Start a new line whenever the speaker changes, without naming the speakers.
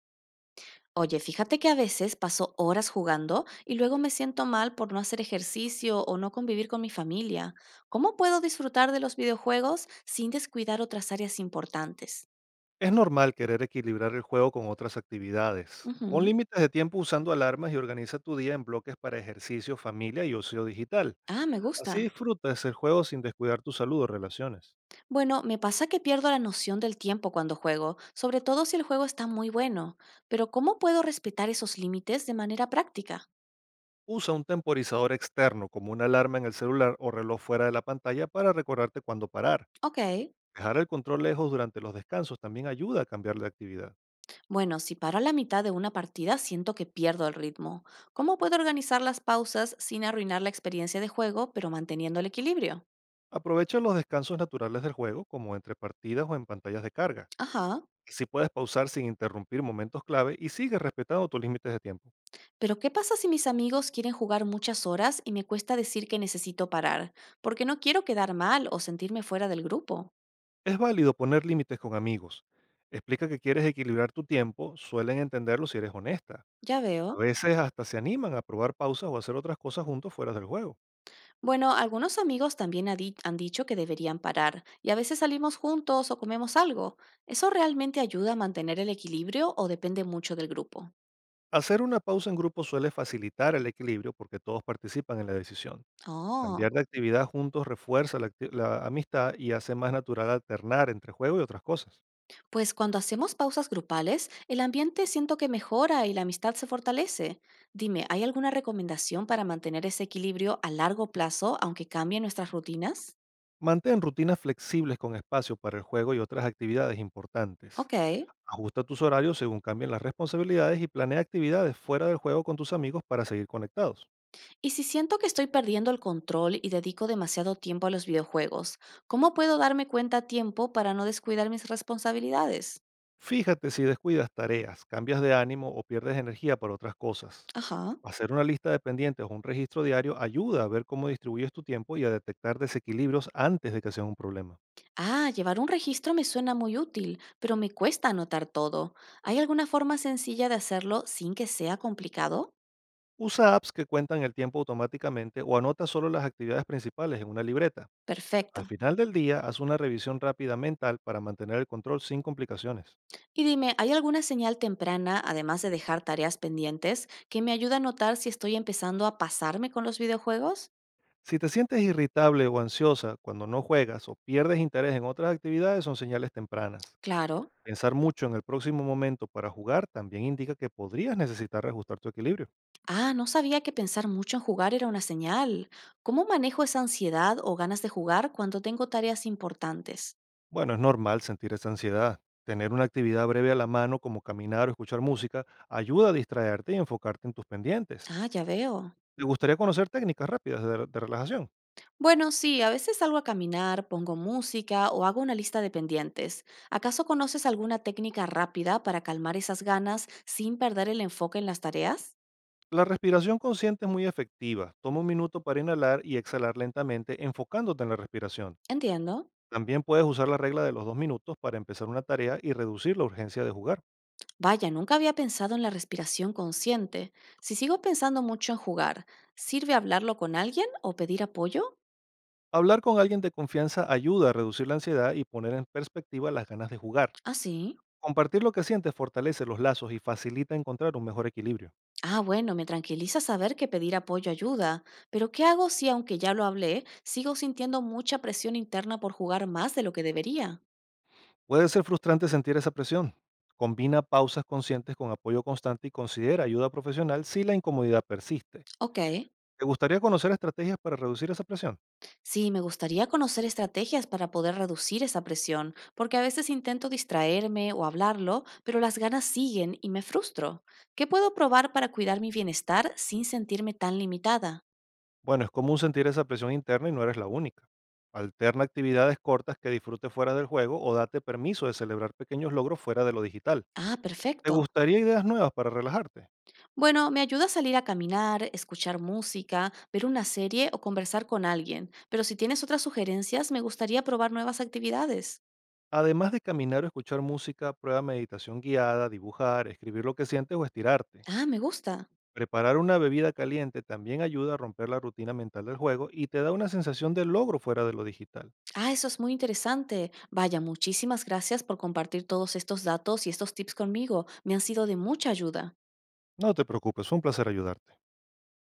Oye, fíjate que a veces paso horas jugando y luego me siento mal por no hacer ejercicio o no convivir con mi familia. ¿Cómo puedo disfrutar de los videojuegos sin descuidar otras áreas importantes?
Es normal querer equilibrar el juego con otras actividades. Pon
Ujú.
límites de tiempo usando alarmas y organiza tu día en bloques para ejercicio, familia y ocio digital.
Ah, me
Así
gusta.
disfrutas el juego sin descuidar tu salud o relaciones.
Bueno, me pasa que pierdo la noción del tiempo cuando juego, sobre todo si el juego está muy bueno. Pero ¿cómo puedo respetar esos límites de manera práctica?
Usa un temporizador externo como una alarma en el celular o reloj fuera de la pantalla para recordarte cuándo parar.
Ok.
Dejar el control lejos durante los descansos también ayuda a cambiar de actividad.
Bueno, si paro a la mitad de una partida, siento que pierdo el ritmo. ¿Cómo puedo organizar las pausas sin arruinar la experiencia de juego, pero manteniendo el equilibrio?
Aprovecha los descansos naturales del juego como entre partidas o en pantallas de carga.
Ajá.
Así puedes pausar sin interrumpir momentos clave y sigue respetando tus límites de tiempo.
Pero ¿qué pasa si mis amigos quieren jugar muchas horas y me cuesta decir que necesito parar? Porque no quiero quedar mal o sentirme fuera del grupo.
Es válido poner límites con amigos. Explica que quieres equilibrar tu tiempo, suelen entenderlo si eres honesta.
Ya
A
veo.
veces hasta se animan a probar pausas o hacer otras cosas juntos fuera del juego.
Bueno, algunos amigos también han dicho que deberían parar, y a veces salimos juntos o comemos algo. ¿Eso realmente ayuda a mantener el equilibrio o depende mucho del grupo?
Hacer una pausa en grupo suele facilitar el equilibrio porque todos participan en la decisión.
Oh.
Cambiar de actividad juntos refuerza la amistad y hace más natural alternar entre juego y otras cosas.
Pues cuando hacemos pausas grupales, el ambiente siento que mejora y la amistad se fortalece. Dime, ¿hay alguna recomendación para mantener ese equilibrio a largo plazo aunque cambien nuestras rutinas?
Mantén rutinas flexibles con espacio para el juego y otras actividades importantes.
Ok.
Ajusta tus horarios según cambien las responsabilidades y planea actividades fuera del juego con tus amigos para seguir conectados.
Y si siento que estoy perdiendo el control y dedico demasiado tiempo a los videojuegos, ¿cómo puedo darme cuenta a tiempo para no descuidar mis responsabilidades?
Fíjate si descuidas tareas, cambias de ánimo o pierdes energía por otras cosas.
Ajá.
Hacer una lista de pendientes o un registro diario ayuda a ver cómo distribuyes tu tiempo y a detectar desequilibrios antes de que sea un problema.
Ah, llevar un registro me suena muy útil, pero me cuesta anotar todo. ¿Hay alguna forma sencilla de hacerlo sin que sea complicado?
Usa apps que cuentan el tiempo automáticamente o anota solo las actividades principales en una libreta.
Perfecto.
Al final del día, haz una revisión rápida mental para mantener el control sin complicaciones.
Y dime, ¿hay alguna señal temprana, además de dejar tareas pendientes, que me ayuda a notar si estoy empezando a pasarme con los videojuegos?
Si te sientes irritable o ansiosa cuando no juegas o pierdes interés en otras actividades, son señales tempranas.
Claro.
Pensar mucho en el próximo momento para jugar también indica que podrías necesitar reajustar tu equilibrio.
Ah, no sabía que pensar mucho en jugar era una señal. ¿Cómo manejo esa ansiedad o ganas de jugar cuando tengo tareas importantes?
Bueno, es normal sentir esa ansiedad. Tener una actividad breve a la mano, como caminar o escuchar música, ayuda a distraerte y enfocarte en tus pendientes.
Ah, ya veo.
¿Te gustaría conocer técnicas rápidas de relajación?
Bueno, sí, a veces salgo a caminar, pongo música o hago una lista de pendientes. ¿Acaso conoces alguna técnica rápida para calmar esas ganas sin perder el enfoque en las tareas?
La respiración consciente es muy efectiva. Toma un minuto para inhalar y exhalar lentamente, enfocándote en la respiración.
Entiendo.
También puedes usar la regla de los 2 minutos para empezar una tarea y reducir la urgencia de jugar.
Vaya, nunca había pensado en la respiración consciente. Si sigo pensando mucho en jugar, ¿sirve hablarlo con alguien o pedir apoyo?
Hablar con alguien de confianza ayuda a reducir la ansiedad y poner en perspectiva las ganas de jugar.
Ah, sí.
Compartir lo que sientes fortalece los lazos y facilita encontrar un mejor equilibrio.
Ah, bueno, me tranquiliza saber que pedir apoyo ayuda. Pero ¿qué hago si, aunque ya lo hablé, sigo sintiendo mucha presión interna por jugar más de lo que debería?
Puede ser frustrante sentir esa presión. Combina pausas conscientes con apoyo constante y considera ayuda profesional si la incomodidad persiste.
Ok.
¿Te gustaría conocer estrategias para reducir esa presión?
Sí, me gustaría conocer estrategias para poder reducir esa presión, porque a veces intento distraerme o hablarlo, pero las ganas siguen y me frustro. ¿Qué puedo probar para cuidar mi bienestar sin sentirme tan limitada?
Bueno, es común sentir esa presión interna y no eres la única. Alterna actividades cortas que disfrutes fuera del juego o date permiso de celebrar pequeños logros fuera de lo digital.
Ah,
¿Te
perfecto.
gustaría ideas nuevas para relajarte?
Bueno, me ayuda a salir a caminar, escuchar música, ver una serie o conversar con alguien, pero si tienes otras sugerencias, me gustaría probar nuevas actividades.
Además de caminar o escuchar música, prueba meditación guiada, dibujar, escribir lo que sientes o estirarte.
Ah, me gusta.
Preparar una bebida caliente también ayuda a romper la rutina mental del juego y te da una sensación de logro fuera de lo digital.
Ah, eso es muy interesante. Vaya, muchísimas gracias por compartir todos estos datos y estos tips conmigo. Me han sido de mucha ayuda.
No te preocupes, fue un placer ayudarte.